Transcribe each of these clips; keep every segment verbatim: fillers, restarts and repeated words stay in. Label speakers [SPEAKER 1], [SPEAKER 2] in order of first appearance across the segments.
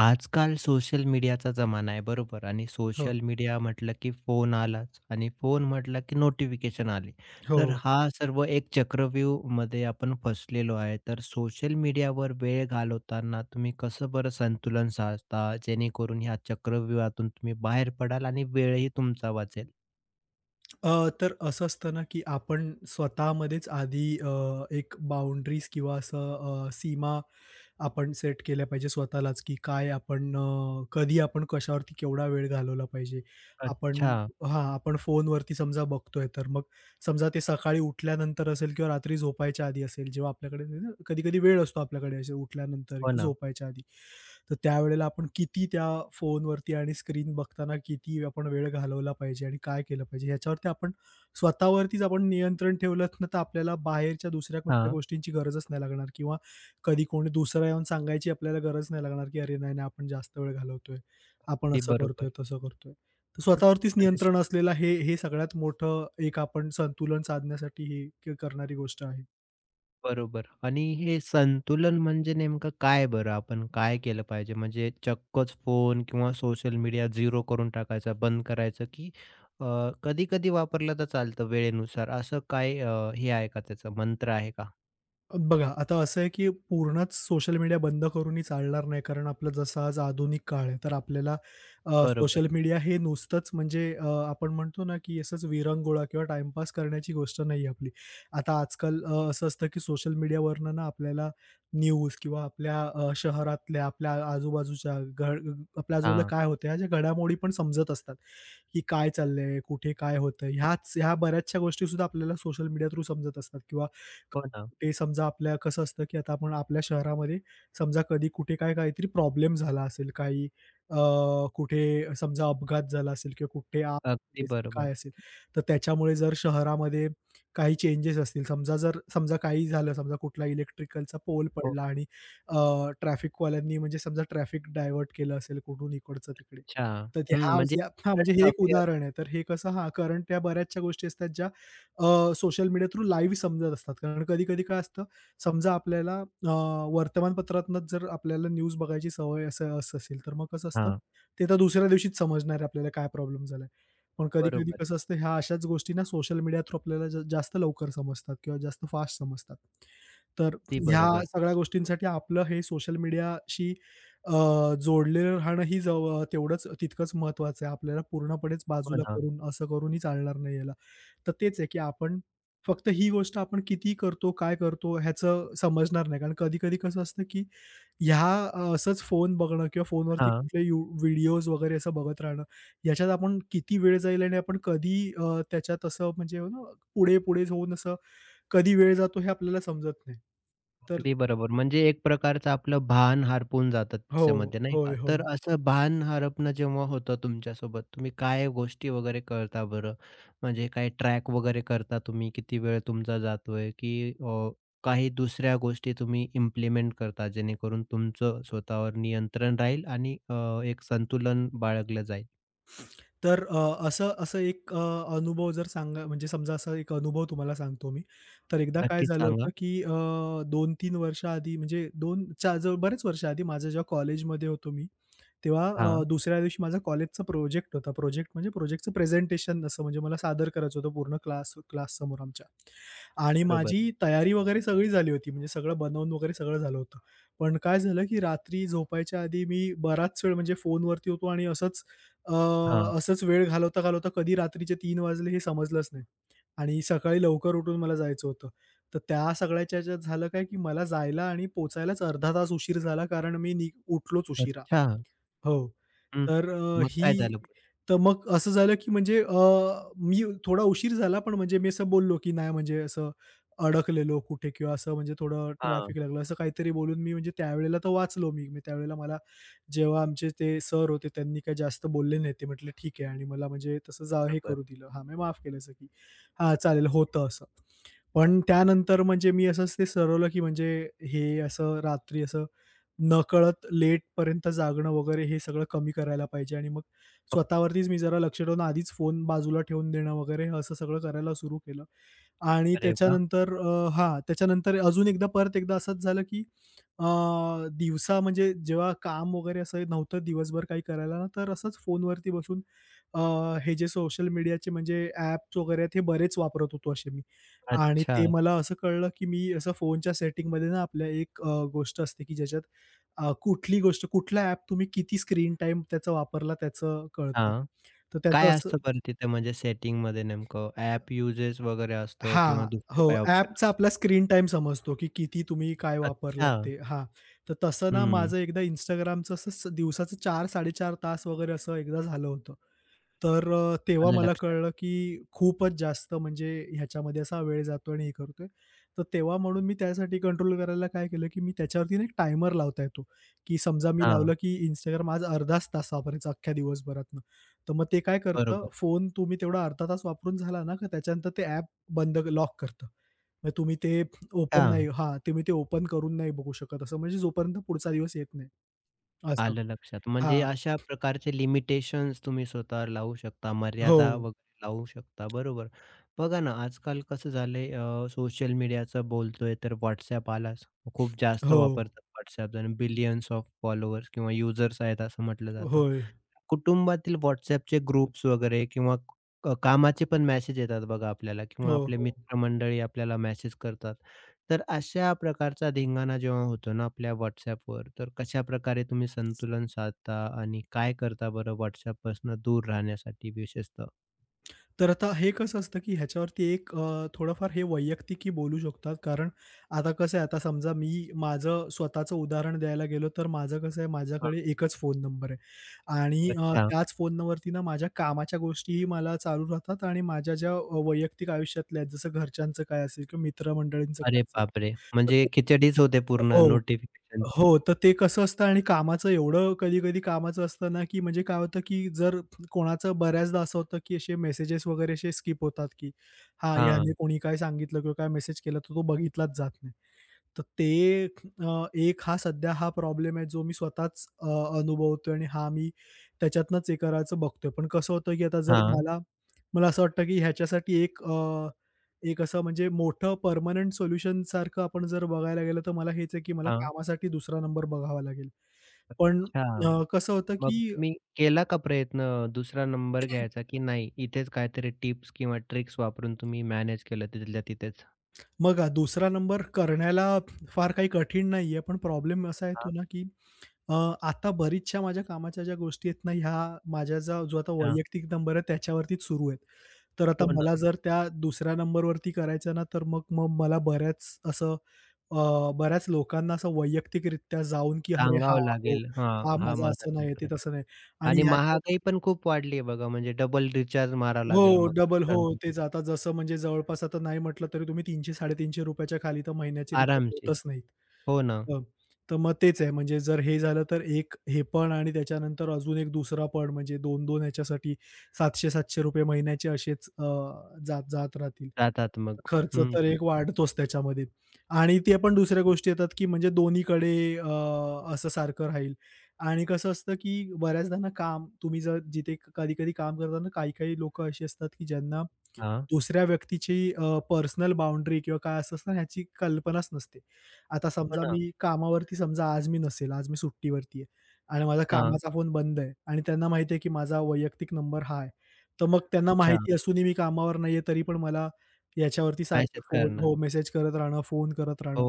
[SPEAKER 1] आजकाल सोशल मीडियाचा जमाना आहे बरोबर आणि
[SPEAKER 2] हो,
[SPEAKER 1] सोशल मीडिया म्हटलं की फोन आलाच आणि फोन म्हटलं की नोटिफिकेशन आले.
[SPEAKER 2] हो.
[SPEAKER 1] तर हा सर्व एक चक्रव्यूहमध्ये आपण फसलेलो आहे. तर सोशल मीडियावर वेळ घालवताना तुम्ही कसं बरं संतुलन साधता जेणेकरून ह्या चक्रव्यूहातून तुम्ही बाहेर पडाल आणि वेळही तुमचा वाचेल?
[SPEAKER 2] अ, तर असं असतं ना, की आपण स्वतःमध्येच आधी अ, एक बाउंडरीज किंवा असं अ, सीमा आपण सेट केल्या पाहिजे स्वतःलाच, की काय आपण अ, कधी आपण कशावरती केवढा वेळ घालवला पाहिजे. आपण
[SPEAKER 1] अच्छा.
[SPEAKER 2] हां, आपण फोनवरती समजा बघतोय, तर मग समजा ते सकाळी उठल्यानंतर असेल किंवा रात्री झोपायच्या आधी असेल, जेव्हा आपल्याकडे कधी-कधी वेळ असतो आपल्याकडे असे उठल्यानंतर
[SPEAKER 1] हो
[SPEAKER 2] किंवा
[SPEAKER 1] ना.
[SPEAKER 2] झोपायच्या आधी. तर त्यावेळेला आपण किती त्या फोनवरती आणि स्क्रीन बघताना किती आपण वेळ घालवला पाहिजे आणि काय केलं पाहिजे याच्यावरती आपण स्वतःवरतीच आपण नियंत्रण ठेवलं ना तर आपल्याला बाहेरच्या दुसऱ्या कुठल्या
[SPEAKER 1] हां.
[SPEAKER 2] गोष्टींची गरजच नाही लागणार किंवा कधी कोणी दुसरा येऊन सांगायची आपल्याला गरज नाही लागणार की अरे नाही नाही आपण जास्त वेळ घालवतोय, आपण
[SPEAKER 1] ते
[SPEAKER 2] असं करतोय,
[SPEAKER 1] बरोबर.
[SPEAKER 2] तसं करतोय. तर स्वतःवरतीच नियंत्रण
[SPEAKER 1] म्हणजे
[SPEAKER 2] असलेलं हे हे सगळ्यात मोठं एक आपण संतुलन साधण्यासाठी हे क करणारी गोष्ट आहे.
[SPEAKER 1] बरोबर आणि हे संतुलन म्हणजे नेमकं काय बरं? आपण काय केलं पाहिजे? म्हणजे चक्कच फोन किंवा सोशल मीडिया शून्य करून टाकायचा, बंद करायचं, की अ, कधी-कधी वापरलं तर चालतं वेळेनुसार असं काय अ, हे आहे का त्याचं मंत्र आहे का?
[SPEAKER 2] बघा, आता असं आहे की पूर्णच सोशल मीडिया बंद करूनही चालणार नाही. कारण आपलं जसं आज आधुनिक काळ आहे, तर आपल्याला अ,
[SPEAKER 1] बरोबर.
[SPEAKER 2] सोशल मीडिया हे नुसतंच म्हणजे अ, आपण म्हणतो ना की असंच विरंगुळा किंवा टाईमपास करण्याची गोष्ट नाही आहे आपली. आता आजकाल अ, असं असतं की सोशल मीडियावरनं ना आपल्याला न्यूज किंवा आपल्या अ, शहरातल्या, आपल्या आजूबाजूच्या घड आपल्या आजूबाजूला
[SPEAKER 1] हां.
[SPEAKER 2] काय होतं, ह्या ज्या घडामोडी पण समजत असतात. की काय चाललंय, कुठे काय होतंय? ह्याच ह्या बऱ्याचशा गोष्टीसुद्धा आपल्याला सोशल मीडिया थ्रू समजत असतात किंवा
[SPEAKER 1] हो ना.
[SPEAKER 2] ते समजा आपल्या कसं असतं, की आता आपण आपल्या शहरामध्ये समजा कधी कुठे काय काहीतरी प्रॉब्लेम झाला असेल, काही अ, कुठे समजा अपघात झाला असेल किंवा कुठे आग
[SPEAKER 1] अगदी
[SPEAKER 2] लागली असेल,
[SPEAKER 1] बरोबर.
[SPEAKER 2] काय असेल, तर त्याच्यामुळे जर शहरामध्ये काही चेंजेस असतील, समजा जर समजा काही झालं, समजा कुठला इलेक्ट्रिकलचा पोल
[SPEAKER 1] हो.
[SPEAKER 2] पडला आणि ट्रॅफिकवाल्यांनी म्हणजे समजा ट्रॅफिक डायव्हर्ट केलं असेल कुठून इकडचं तिकडे.
[SPEAKER 1] अच्छा.
[SPEAKER 2] तर ते
[SPEAKER 1] हं,
[SPEAKER 2] हा
[SPEAKER 1] म्हणजे
[SPEAKER 2] या हां, म्हणजे
[SPEAKER 1] करंट
[SPEAKER 2] हे एक
[SPEAKER 1] अफेअर
[SPEAKER 2] उदाहरण आहे. तर हे कसं हां, कारण त्या बऱ्याचशा गोष्टी असतात ज्या अ, सोशल मीडिया थ्रू लाईव्ह समजत असतात. कारण कधी-कधी काय असतं, समजा आपल्याला अ, वर्तमानपत्रातनंच जर आपल्याला न्यूज बघायची सवय असं असं असेल, तर मग कसं असतं,
[SPEAKER 1] हां,
[SPEAKER 2] ते तर दुसऱ्या दिवशीच समजणार आहे आपल्याला काय प्रॉब्लेम झालाय. पण कधी-कधी
[SPEAKER 1] बरोबर.
[SPEAKER 2] कसं असतं, ह्या अशाच गोष्टी ना सोशल मीडिया थ्रू आपल्याला जा जास्त लवकर समजतात किंवा जास्त फास्ट समजतात. तर
[SPEAKER 1] अगदी
[SPEAKER 2] ह्या
[SPEAKER 1] बरोबर.
[SPEAKER 2] सगळ्या गोष्टींसाठी आपलं हे सोशल मीडियाशी अ, जोडलेलं राहणं ही जवळ तेवढंच तितकंच महत्त्वाचं आहे. आपल्याला पूर्णपणेच
[SPEAKER 1] हो
[SPEAKER 2] बाजूला
[SPEAKER 1] ना.
[SPEAKER 2] करून असं करूनही चालणार नाही याला. तर तेच आहे, की आपण फक्त ही गोष्ट आपण किती करतो, काय करतो ह्याचं समजणार नाही. कारण कधी-कधी कसं असतं, की ह्या अ, असंच फोन बघणं किंवा फोनवरती
[SPEAKER 1] हां.
[SPEAKER 2] कुठले यू व्हिडिओज वगैरे असं बघत राहणं, याच्यात आपण किती वेळ जाईल आणि आपण कधी अ, त्याच्यात असं म्हणजे ना पुढे-पुढे जाऊन असं कधी वेळ जातो हे आपल्याला समजत नाही. तर
[SPEAKER 1] अगदी बरोबर. म्हणजे एक प्रकारचं आपलं भान हरपून जातं
[SPEAKER 2] हो.
[SPEAKER 1] त्याच्यामध्ये नाही का?
[SPEAKER 2] होय,
[SPEAKER 1] तर
[SPEAKER 2] होय.
[SPEAKER 1] असं भान हरपणं जेव्हा होतं तुमच्यासोबत, तुम्ही काय गोष्टी वगैरे करता बरं? म्हणजे काय ट्रॅक वगैरे करता तुम्ही? किती वेळ तुमचा जातोय? की अ, काही दुसऱ्या गोष्टी तुम्ही इम्प्लिमेंट करता जेणेकरून तुमचं स्वतःवर नियंत्रण राहील आणि अ, एक संतुलन बाळगलं जाईल?
[SPEAKER 2] तर अ, असं असं एक अ, अनुभव जर सांगा म्हणजे समजा असा एक अनुभव तुम्हाला सांगतो मी. तर एकदा काय
[SPEAKER 1] नक्कीच
[SPEAKER 2] झालं
[SPEAKER 1] सांगा.
[SPEAKER 2] होतं, की अ, दोन ते तीन वर्षाआधी म्हणजे दोन च्या जवळ बरेच वर्षाआधी माझ्या जेव्हा कॉलेजमध्ये होतो मी, तेव्हा
[SPEAKER 1] हां,
[SPEAKER 2] अ, दुसऱ्या दिवशी माझा कॉलेजचा प्रोजेक्ट होता. प्रोजेक्ट म्हणजे प्रोजेक्टचं प्रेझेंटेशन असं म्हणजे मला सादर करायचं होतं पूर्ण क्लास क्लाससमोर आमच्या. आणि
[SPEAKER 1] बरोबर.
[SPEAKER 2] माझी तयारी वगैरे सगळी झाली होती. म्हणजे सगळं बनवून वगैरे सगळं झालं होतं. पण काय झालं, की रात्री झोपायच्या आधी मी बराच वेळ म्हणजे फोनवरती होतो आणि असंच अ,
[SPEAKER 1] हां.
[SPEAKER 2] असंच वेळ घालवता, घालवता कधी रात्रीचे तीन वाजले हे समजलंच नाही. आणि सकाळी लवकर उठून मला जायचं होतं. तर त्या सगळ्याच्या ह्याच्यात झालं काय, की मला जायला आणि पोहचायलाच अर्धा तास उशीर झाला कारण मी नि उठलोच उशिरा.
[SPEAKER 1] अच्छा.
[SPEAKER 2] हो.
[SPEAKER 1] हं.
[SPEAKER 2] तर अ,
[SPEAKER 1] मग काय
[SPEAKER 2] ही
[SPEAKER 1] झालं पुढे?
[SPEAKER 2] तर मग असं झालं, की म्हणजे अ, मी थोडा उशीर झाला, पण म्हणजे मी असं बोललो, की नाही म्हणजे असं अडकलेलो कुठे किंवा असं म्हणजे थोडं
[SPEAKER 1] हां,
[SPEAKER 2] ट्रॅफिक लागलं, असं काहीतरी बोलून मी म्हणजे त्यावेळेला तर वाचलो मी. मी त्यावेळेला मला जेव्हा आमचे ते सर होते, त्यांनी काही जास्त बोलले नाही. ते म्हटले, "ठीक आहे." आणि मला म्हणजे तसं जा हे
[SPEAKER 1] बरोबर.
[SPEAKER 2] करू दिलं. हां, मी माफ केलं असं, की "हां, चालेल, होतं असं." पण त्यानंतर म्हणजे मी असंच ते ठरवलं, की म्हणजे हे असं रात्री असं नकळत लेटपर्यंत जागणं वगैरे हे सगळं कमी करायला पाहिजे आणि मग
[SPEAKER 1] हो ना.
[SPEAKER 2] स्वतःवरतीच मी जरा लक्ष ठेवून आधीच फोन बाजूला ठेवून देणं वगैरे असं सगळं करायला सुरू केलं. आणि
[SPEAKER 1] अरे वाह!
[SPEAKER 2] त्याच्यानंतर अ, हां, त्याच्यानंतर अजून एकदा परत एकदा असंच झालं, की अ, दिवसा म्हणजे जेव्हा काम वगैरे असं नव्हतं दिवसभर काही करायला ना, तर असंच फोनवरती बसून अ, हे जे सोशल मीडियाचे म्हणजे ॲप्स वगैरे आहेत, हे बरेच वापरत होतो असे मी. आणि
[SPEAKER 1] अच्छा.
[SPEAKER 2] ते मला असं कळलं, की मी असं फोनच्या सेटिंगमध्ये ना आपल्या एक अ, गोष्ट असते, की ज्याच्यात अ, कुठली गोष्ट, कुठला ॲप तुम्ही किती स्क्रीन टाईम त्याचा वापरला त्याचं कळतं.
[SPEAKER 1] हां.
[SPEAKER 2] तर त्याचं
[SPEAKER 1] काय
[SPEAKER 2] असं
[SPEAKER 1] असतं पण तिथे म्हणजे सेटिंगमध्ये नेमकं ॲप युजेस वगैरे असतं किंवा
[SPEAKER 2] हां.
[SPEAKER 1] दुसरे
[SPEAKER 2] हो,
[SPEAKER 1] काही ऑप्शन
[SPEAKER 2] ॲपचा
[SPEAKER 1] असतात?
[SPEAKER 2] आपला स्क्रीन टाइम समजतो, की किती तुम्ही काय
[SPEAKER 1] अच्छा.
[SPEAKER 2] वापरलत ते. हां. तर तसं ना
[SPEAKER 1] हं.
[SPEAKER 2] माझं एकदा Instagramचं असं स दिवसाचं चार पंचेचाळीस तास वगैरे असं एकदा झालं होतं. तर अ, तेव्हा
[SPEAKER 1] आलं
[SPEAKER 2] मला
[SPEAKER 1] लक्षात.
[SPEAKER 2] कळलं, की खूपच जास्त म्हणजे ह्याच्यामध्ये असा वेळ जातो आणि हे करतोय. तर तेव्हा म्हणून मी त्यासाठी कंट्रोल करायला काय केलं, की मी त्याच्यावरती ना एक टायमर लावता येतो, की समजा मी
[SPEAKER 1] हां.
[SPEAKER 2] लावलं, की Instagram आज अर्धाच तास वापरायचा अख्ख्या दिवसभरातनं. तर मग ते काय करतं,
[SPEAKER 1] बरोबर.
[SPEAKER 2] फोन तुम्ही तेवढा अर्धा तास वापरून झाला ना, का त्याच्यानंतर ते ॲप बंद लॉक करतं. मग तुम्ही ते ओपन नाही
[SPEAKER 1] हां.
[SPEAKER 2] हां, तुम्ही ते ओपन करून नाही बघू शकत असं म्हणजे जोपर्यंत पुढचा दिवस येत नाही असं.
[SPEAKER 1] आलं लक्षात. म्हणजे
[SPEAKER 2] हां.
[SPEAKER 1] अशा प्रकारचे लिमिटेशन्स तुम्ही स्वतःवर लावू शकता,
[SPEAKER 2] हो,
[SPEAKER 1] मर्यादा वगैरे लावू शकता, बरोबर. बघा ना, आजकाल कसं झालंय अ, सोशल मीडियाचं बोलतोय तर WhatsApp आलाच. खूप जास्त
[SPEAKER 2] हो.
[SPEAKER 1] वापरतात WhatsApp जण बिलियन्स ऑफ फॉलोअर्स किंवा युजर्स आहेत असं म्हटलं जातं.
[SPEAKER 2] होय.
[SPEAKER 1] कुटुंबातील WhatsAppचे ग्रुप्स वगैरे किंवा क कामाचे पण मेसेज येतात बघा आपल्याला किंवा
[SPEAKER 2] हो,
[SPEAKER 1] आपले
[SPEAKER 2] हो.
[SPEAKER 1] मित्रमंडळी आपल्याला मेसेज करतात. तर अशा प्रकारचा धिंगाणा जेव्हा होतो ना आपल्या WhatsAppवर, तर कशाप्रकारे तुम्ही संतुलन साधता आणि काय करता बरं WhatsAppपासून दूर राहण्यासाठी विशेषतः?
[SPEAKER 2] तर आता हे कसं असतं, की ह्याच्यावरती एक अ, थोडंफार हे वैयक्तिकी बोलू शकतात. कारण आता कसं आहे, आता समजा मी माझं स्वतःचं उदाहरण द्यायला गेलो, तर माझं कसं आहे,
[SPEAKER 1] हां,
[SPEAKER 2] माझ्याकडे एकच फोन नंबर आहे आणि अ,
[SPEAKER 1] अच्छा.
[SPEAKER 2] त्याच फोन नंबरवरती ना माझ्या कामाच्या गोष्टीही मला चालू राहतात आणि माझ्या ज्या अ, वैयक्तिक आयुष्यातल्या आहेत, जसं घरच्यांचं काय असेल किंवा मित्रमंडळींचं काय
[SPEAKER 1] अरे
[SPEAKER 2] असेल,
[SPEAKER 1] बापरे!
[SPEAKER 2] तर
[SPEAKER 1] म्हणजे
[SPEAKER 2] ते
[SPEAKER 1] खिचडीच होते पूर्ण
[SPEAKER 2] हो.
[SPEAKER 1] नोटिफिकेशनची.
[SPEAKER 2] हो, तर ते कसं असतं आणि कामाचं एवढं कधी-कधी कामाचं असतं ना, की म्हणजे काय होतं, की जर कोणाचं बऱ्याचदा असं होतं, की असे मेसेजेस वगैरे असे स्किप होतात, की हां, याने
[SPEAKER 1] हां,
[SPEAKER 2] कोणी काय सांगितलं किंवा काय मेसेज केला, तर तो बघितलाच जात नाही. तर ते अ, एक हा सध्या हा प्रॉब्लेम आहे, जो मी स्वतःच अ, अनुभवतोय आणि हा मी त्याच्यातनंच हे करायचं बघतोय. पण कसं होतं, की आता जर
[SPEAKER 1] हां,
[SPEAKER 2] मला मला असं वाटतं, की ह्याच्यासाठी एक एक असं म्हणजे मोठं परमनंट सोल्युशन सारखं आपण जर बघायला गेलं, तर मला हेच आहे, की मला
[SPEAKER 1] हां.
[SPEAKER 2] कामासाठी दुसरा नंबर बघावा लागेल. पण
[SPEAKER 1] अच्छा.
[SPEAKER 2] अ, कसं होतं,
[SPEAKER 1] मग
[SPEAKER 2] की
[SPEAKER 1] तुम्ही केला का प्रयत्न दुसरा नंबर घ्यायचा की नाही? इथेच काहीतरी टिप्स किंवा ट्रिक्स वापरून तुम्ही मॅनेज केलं तिथल्या तिथेच?
[SPEAKER 2] बघा दुसरा नंबर करण्याला फार काही कठीण नाहीये, पण प्रॉब्लेम असा
[SPEAKER 1] हां,
[SPEAKER 2] येतो ना, की अ, आता बरीचशा माझ्या कामाच्या ज्या गोष्टी आहेत ना, ह्या माझ्या जा जो आता
[SPEAKER 1] हां.
[SPEAKER 2] वैयक्तिक नंबर आहे त्याच्यावरतीच सुरू आहेत. तर आता
[SPEAKER 1] हो
[SPEAKER 2] मला
[SPEAKER 1] ना.
[SPEAKER 2] जर त्या दुसऱ्या नंबरवरती करायचं ना, तर मग मग मला बऱ्याच असं अ, बऱ्याच लोकांना असं वैयक्तिकरित्या जाऊन, की "अरे हां,
[SPEAKER 1] सांगावं
[SPEAKER 2] हो,
[SPEAKER 1] लागेल.
[SPEAKER 2] हा
[SPEAKER 1] हां, हा
[SPEAKER 2] माझा
[SPEAKER 1] माझा
[SPEAKER 2] असं नाही आहे, ते
[SPEAKER 1] नंबर
[SPEAKER 2] तसं नाही." आणि
[SPEAKER 1] आणि
[SPEAKER 2] ह्याच्यात
[SPEAKER 1] महागाई पण खूप वाढली आहे बघा, म्हणजे डबल रिचार्ज मारावा लागेल
[SPEAKER 2] हो,
[SPEAKER 1] मग
[SPEAKER 2] डबल हो,
[SPEAKER 1] दुसऱ्यांदा.
[SPEAKER 2] तेच आता जसं म्हणजे जवळपास आता नाही म्हटलं तरी तुम्ही ₹तीनशे ते तीनशे पन्नास रुपये च्या खाली तर महिन्याची रिचार्ज
[SPEAKER 1] आरामशीर.
[SPEAKER 2] होतच नाहीत.
[SPEAKER 1] हो ना,
[SPEAKER 2] हं, तर मग तेच आहे म्हणजे जर हे झालं तर एक हे पण आणि त्याच्यानंतर अजून एक दुसरा पण म्हणजे दोन दोन ह्याच्यासाठी ₹सातशे सातशे रुपये महिन्याचे असेच अ, जात जात राहतील.
[SPEAKER 1] जातात मग.
[SPEAKER 2] खर्च
[SPEAKER 1] हं,
[SPEAKER 2] तर
[SPEAKER 1] हं.
[SPEAKER 2] एक वाढतोच त्याच्यामध्ये आणि ते पण दुसऱ्या गोष्टी येतात, की म्हणजे दोन्हीकडे अ, असं सारखं राहील आणि कसं असतं, की बऱ्याचदा ना काम तुम्ही जर जिथे कधी-कधी काम करताना काही-काही लोकं अशी असतात, की ज्यांना दुसऱ्या व्यक्तीची अ, पर्सनल बाउंडरी किंवा काय असं असतं ना, ह्याची कल्पनाच नसते. आता
[SPEAKER 1] हो
[SPEAKER 2] समजा
[SPEAKER 1] ना.
[SPEAKER 2] मी कामावरती समजा आज मी नसेल, आज मी सुट्टीवरती आहे आणि माझा
[SPEAKER 1] हां.
[SPEAKER 2] कामाचा फोन बंद आहे आणि त्यांना माहिती आहे, की माझा वैयक्तिक नंबर हा आहे. तर मग त्यांना
[SPEAKER 1] अच्छा,
[SPEAKER 2] माहिती असूनही मी कामावर नाहीये, तरी पण मला याच्यावरती सारखे
[SPEAKER 1] मॅसेज
[SPEAKER 2] फोन
[SPEAKER 1] करणार.
[SPEAKER 2] हो, मेसेज करत राहणं, फोन करत राहणं,
[SPEAKER 1] हो.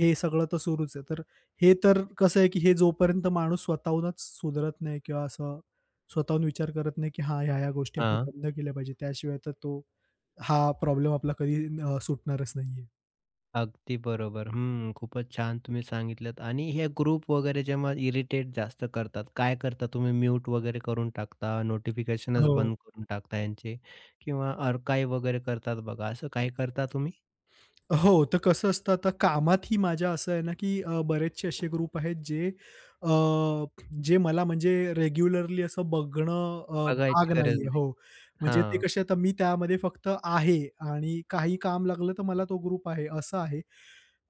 [SPEAKER 2] हे सगळं तर सुरूच आहे. तर हे तर कसं आहे, की हे जोपर्यंत माणूस स्वतःहूनच सुधरत नाही किंवा असं स्वतःहून विचार करत नाही, की हां, ह्या-ह्या गोष्टी आपण
[SPEAKER 1] हां.
[SPEAKER 2] बंद केल्या पाहिजे. त्याशिवाय तर तो हा प्रॉब्लेम आपला कधी अ, सुटणारच नाहीये.
[SPEAKER 1] अगदी बरोबर. हं, खूपच छान तुम्ही सांगितलंत आणि हे ग्रुप वगैरे जेव्हा इरिटेट जास्त करतात, काय करता तुम्ही म्यूट वगैरे करून टाकता, नोटिफिकेशनच
[SPEAKER 2] हो.
[SPEAKER 1] बंद करून टाकता यांचे किंवा अर्काइव्ह वगैरे करतात बघा, असं काही करता तुम्ही?
[SPEAKER 2] हो, तर कसं असतं आता कामातही माझ्या असं आहे ना, की अ, बरेचसे असे ग्रुप आहेत जे अ, जे मला म्हणजे रेग्युलरली असं बघणं अ,
[SPEAKER 1] बघायची
[SPEAKER 2] भाग
[SPEAKER 1] गरज
[SPEAKER 2] नाहीये.
[SPEAKER 1] नाही.
[SPEAKER 2] हो, म्हणजे ते
[SPEAKER 1] हां,
[SPEAKER 2] कसे आता मी त्यामध्ये फक्त आहे आणि काही काम लागलं तर मला तो ग्रुप आहे, असं आहे.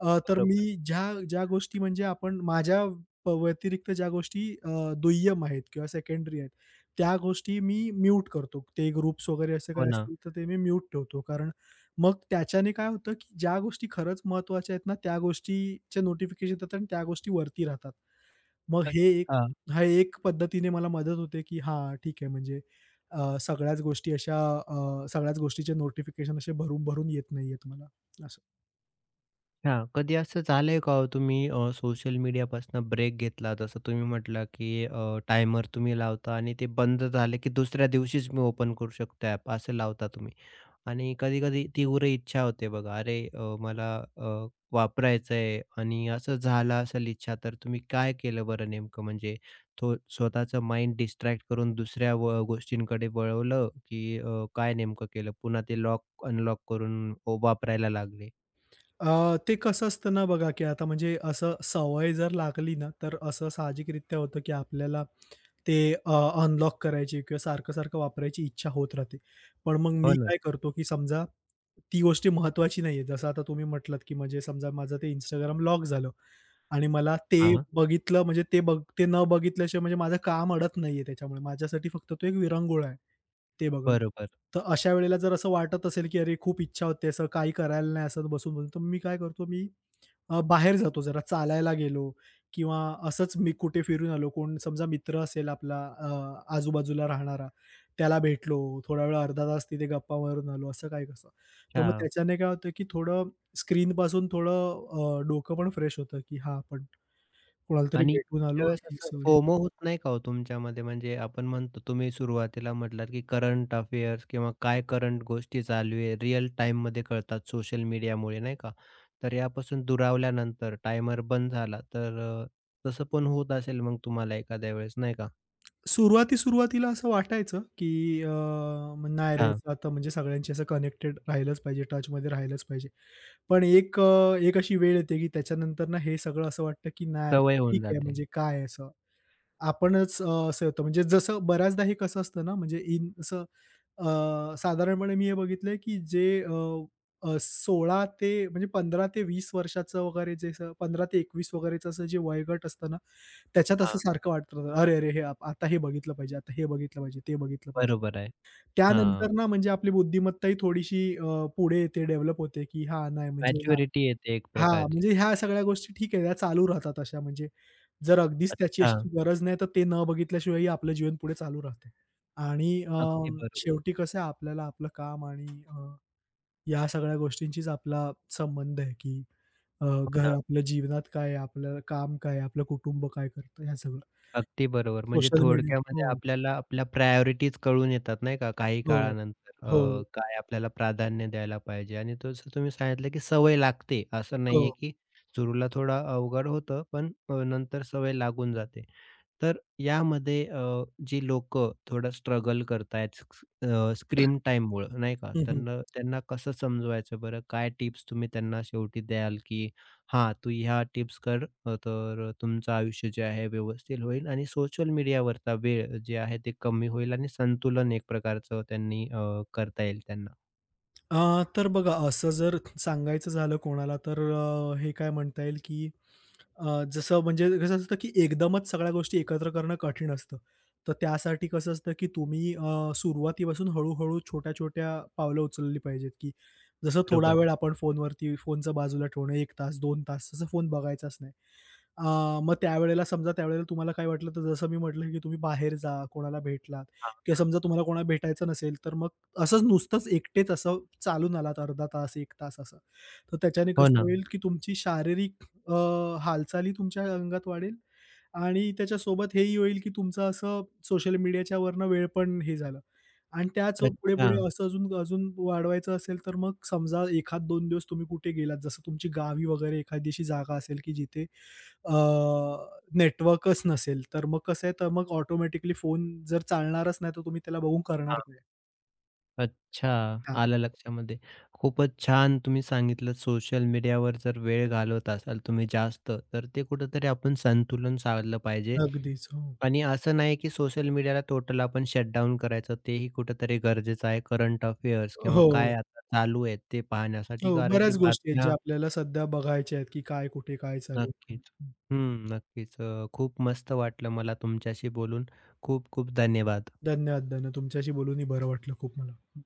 [SPEAKER 2] अ, तर
[SPEAKER 1] बरोबर.
[SPEAKER 2] मी ज्या ज्या गोष्टी म्हणजे आपण माझ्या प व्यतिरिक्त ज्या गोष्टी अ, दुय्यम आहेत किंवा सेकंडरी आहेत, त्या गोष्टी मी म्यूट करतो. ते ग्रुप्स वगैरे असं
[SPEAKER 1] हो
[SPEAKER 2] काय
[SPEAKER 1] ना.
[SPEAKER 2] असतील तर ते मी म्यूट ठेवतो. कारण मग त्याच्याने काय होतं, की ज्या गोष्टी खरंच महत्त्वाच्या आहेत ना, त्या गोष्टीचे नोटिफिकेशन येतात आणि त्या गोष्टी वरती राहतात. मग हे एक
[SPEAKER 1] अच्छा.
[SPEAKER 2] हा एक पद्धतीने मला मदत होते, की हां, ठीक आहे म्हणजे अ, सगळ्याच गोष्टी अशा अ, सगळ्याच गोष्टीचे नोटिफिकेशन असे भरून-भरून येत नाहीयेत मला असं.
[SPEAKER 1] हां. कधी असं झालंय का हो तुम्ही अ, सोशल मीडियापासून ब्रेक घेतला जसं तुम्ही म्हटला, की टायमर तुम्ही लावता आणि ते बंद झाले, की दुसऱ्या दिवशीच मी ओपन करू शकतो ॲप असं लावता तुम्ही आणि कधी-कधी तीव्र इच्छा होते बघा, अरे अ, मला अ, वापरायचंय आणि असं झालं असेल इच्छा तर तुम्ही काय केलं बरं नेमकं? म्हणजे थो स्वतःचं माइंड डिस्ट्रॅक्ट करून दुसऱ्या व गोष्टींकडे वळवलं, की अ, काय नेमकं केलं? पुन्हा ते लॉक अनलॉक करून ओ वापरायला लागले?
[SPEAKER 2] अ, ते कसं असतं ना बघा, की आता म्हणजे असं सवय जर लागली ना, तर असं साहजिकरित्या होतं, की आपल्याला ते अ, अनलॉक करायची किंवा सारखं-सारखं वापरायची इच्छा होत राहते. पण मग
[SPEAKER 1] हो
[SPEAKER 2] मी
[SPEAKER 1] ना.
[SPEAKER 2] काय करतो, की समजा ती गोष्ट महत्वाची नाहीये. जसं आता तुम्ही म्हटलात, की म्हणजे समजा माझं ते Instagram लॉक झालं आणि मला ते
[SPEAKER 1] हां,
[SPEAKER 2] बघितलं म्हणजे ते बघ ते न बघितल्याशिवाय म्हणजे माझं काम अडत नाहीये त्याच्यामुळे. माझ्यासाठी फक्त तो एक विरंगुळा आहे, ते बघणं.
[SPEAKER 1] बरोबर.
[SPEAKER 2] तर अशा वेळेला जर असं वाटत असेल, की अरे खूप इच्छा होते असं काही करायला नाही असं बसून-बसून, तर मी काय करतो, मी अ, बाहेर जातो जरा चालायला गेलो किंवा असंच मी कुठे फिरून आलो, कोण समजा मित्र असेल आपला अ, आजूबाजूला राहणारा, त्याला भेटलो, थोडा वेळ अर्धा तास तिथे गप्पा मारून आलो, असं काय कसं. तर मग
[SPEAKER 1] अच्छा.
[SPEAKER 2] त्याच्याने काय होतं, की थोडं स्क्रीनपासून थोडं अ, डोकं पण फ्रेश होतं, की हां, आपण कोणाला तरी
[SPEAKER 1] आणि
[SPEAKER 2] भेटून आलो
[SPEAKER 1] त्यावेळेस
[SPEAKER 2] आणि
[SPEAKER 1] असं
[SPEAKER 2] सवयी
[SPEAKER 1] फोमो होत नाही का हो तुमच्यामध्ये? म्हणजे आपण म्हणतो तुम्ही सुरुवातीला म्हटलात, की करंट अफेअर्स किंवा काय करंट गोष्टी चालू आहे, रिअल टाईममध्ये कळतात सोशल मीडियामुळे नाही का? तर यापासून दुरावल्यानंतर टायमर बंद झाला, तर अ, तसं पण होत असेल मग तुम्हाला एखाद्या वेळेस नाही का?
[SPEAKER 2] सुरुवाती-सुरुवातीला असं वाटायचं, की अ, म- नाही रे,
[SPEAKER 1] हां,
[SPEAKER 2] असं आता म्हणजे सगळ्यांशी असं कनेक्टेड राहिलंच पाहिजे, टचमध्ये राहिलंच पाहिजे. पण एक अ, एक अशी वेळ येते, की त्याच्यानंतर ना हे सगळं असं वाटतं, की नाही
[SPEAKER 1] सवय
[SPEAKER 2] ठीक
[SPEAKER 1] होऊन
[SPEAKER 2] आहे,
[SPEAKER 1] जाते.
[SPEAKER 2] म्हणजे काय आहे असं. आपणच अ, असं होतं म्हणजे जसं बऱ्याचदा हे कसं असतं ना, म्हणजे इन असं अ, साधारणपणे मी हे बघितलंय, की जे अ, अ, सोळा ते म्हणजे पंधरा ते वीस वर्षाचं वगैरे जे असं पंधरा ते एकवीस वगैरेचं असं जे वयोगट असतं ना, त्याच्यात असं
[SPEAKER 1] हां,
[SPEAKER 2] सारखं वाटतं, "अरे, अरे! हे आप- आता हे बघितलं पाहिजे, आता हे बघितलं पाहिजे, ते बघितलं पाहिजे."
[SPEAKER 1] बरोबर आहे. हां,
[SPEAKER 2] त्यानंतर ना म्हणजे आपली बुद्धिमत्ताही थोडीशी अ, पुढे येते, डेव्हलप होते, की हां, नाही म्हणजे
[SPEAKER 1] मॅच्युरिटी येते एक
[SPEAKER 2] हां,
[SPEAKER 1] प्रकारची.
[SPEAKER 2] म्हणजे ह्या सगळ्या गोष्टी ठीक आहे, त्या चालू राहतात अशा म्हणजे जर अगदीच त्याची
[SPEAKER 1] अच्छा,
[SPEAKER 2] अशी गरज नाही, तर ते न बघितल्याशिवायही आपलं जीवन पुढे चालू राहते. आणि अ,
[SPEAKER 1] अगदी बरोबर.
[SPEAKER 2] शेवटी कसं आहे आपल्याला आपलं काम आणि अ, या सगळ्या गोष्टींशीच आपला संबंध आहे, की अ,
[SPEAKER 1] हो
[SPEAKER 2] घर
[SPEAKER 1] ना.
[SPEAKER 2] आपल्या जीवनात काय आहे, आपलं काम काय आहे, आपलं कुटुंब काय करतं, ह्या सगळं.
[SPEAKER 1] अगदी बरोबर. म्हणजे
[SPEAKER 2] सोशल मीडिया
[SPEAKER 1] थोडक्यामध्ये
[SPEAKER 2] हो,
[SPEAKER 1] आपल्याला आपल्या प्रायोरिटीज कळून येतात नाही का, काही
[SPEAKER 2] हो,
[SPEAKER 1] काळानंतर
[SPEAKER 2] हो,
[SPEAKER 1] अ, काय आपल्याला प्राधान्य द्यायला पाहिजे आणि तसं तुम्ही सांगितलं, की सवय लागते. असं
[SPEAKER 2] हो.
[SPEAKER 1] नाहीये, की सुरूला थोडा अवघड होतं, पण अ, नंतर सवय लागून जाते. तर यामध्ये अ, जी लोक थोडं स्ट्रगल करतायत स्क अ, स्क्रीन टाईममुळं नाही का,
[SPEAKER 2] हं, हं.
[SPEAKER 1] त्यांना त्यांना कसं समजवायचं बरं? काय टिप्स तुम्ही त्यांना शेवटी द्याल, की हां, तू ह्या टिप्स कर अ, तर तुमचं आयुष्य जे आहे व्यवस्थित होईल आणि सोशल मीडियावरचा वेळ जे आहे ते कमी होईल आणि संतुलन एक प्रकारचं त्यांनी अ, करता येईल त्यांना.
[SPEAKER 2] अ, तर बघा असं जर सांगायचं झालं कोणाला तर अ, हे काय म्हणता येईल की अ, जसं म्हणजे कसं असतं की एकदमच सगळ्या गोष्टी एकत्र करणं कठीण असतं. तर त्यासाठी कसं असतं की तुम्ही अ, सुरुवातीपासून हळू-हळू छोट्या-छोट्या पावलं उचलली पाहिजेत की जसं थोडा
[SPEAKER 1] बरोबर.
[SPEAKER 2] वेळ आपण फोनवरती फोनचं बाजूला ठेवणं एक तास, दोन तास असं फोन बघायचाच नाही. अ, मग त्यावेळेला समजा त्यावेळेला तुम्हाला काय वाटलं तर जसं मी म्हटलं की तुम्ही बाहेर जा, कोणाला भेटलात किंवा समजा तुम्हाला कोणाला भेटायचं नसेल तर मग असंच नुसतंच एकटेच असं चालून आलात अर्धा तास, एक तास असं. तर त्याच्याने
[SPEAKER 1] हो
[SPEAKER 2] कसं
[SPEAKER 1] ना.
[SPEAKER 2] होईल, की तुमची शारीरिक अ, हालचाली तुमच्या अंगात वाढेल आणि त्याच्यासोबत हेही होईल, की तुमचं असं सोशल मीडियाच्या वरनं वेळ पण हे झालं आणि त्याच
[SPEAKER 1] अच्छा.
[SPEAKER 2] पुढे-पुढे असं अजून अजून वाढवायचं असेल, तर मग समजा एखाद दोन दिवस तुम्ही कुठे गेलात, जसं तुमची गावी वगैरे एखादी जागा असेल, की जिथे नेटवर्कच नसेल, तर मग कसं आहे, तर मग ऑटोमॅटिकली फोन जर चालणारच नाही, तर तुम्ही त्याला बघून करणार काय?
[SPEAKER 1] अच्छा,
[SPEAKER 2] हां.
[SPEAKER 1] आलं लक्षामध्ये. खूपच छान तुम्ही सांगितलं सोशल मीडियावर जर वेळ घालवत असाल तुम्ही जास्त, तर ते कुठेतरी आपण संतुलन साधलं पाहिजे
[SPEAKER 2] अगदीच. हो.
[SPEAKER 1] आणि असं नाही की सोशल मीडियाला टोटल आपण शटडाउन करायचं तेही कुठेतरी गरजेचं आहे. करंट अफेअर्स किंवा
[SPEAKER 2] हो,
[SPEAKER 1] काय आता चालू आहे ते पाहण्यासाठी
[SPEAKER 2] हो.
[SPEAKER 1] कारण की
[SPEAKER 2] बऱ्याच गोष्टी आहेत
[SPEAKER 1] बातम्या
[SPEAKER 2] ज्या आपल्याला सध्या बघायच्या आहेत, की काय कुठे काय चालू आहे.
[SPEAKER 1] नक्कीच. हं, नक्कीच. अ, खूप मस्त वाटलं मला तुमच्याशी बोलून. खूप खूप धन्यवाद.
[SPEAKER 2] धन्यवाद, धन्यवाद. तुमच्याशी बोलूनही बरं वाटलं खूप मला.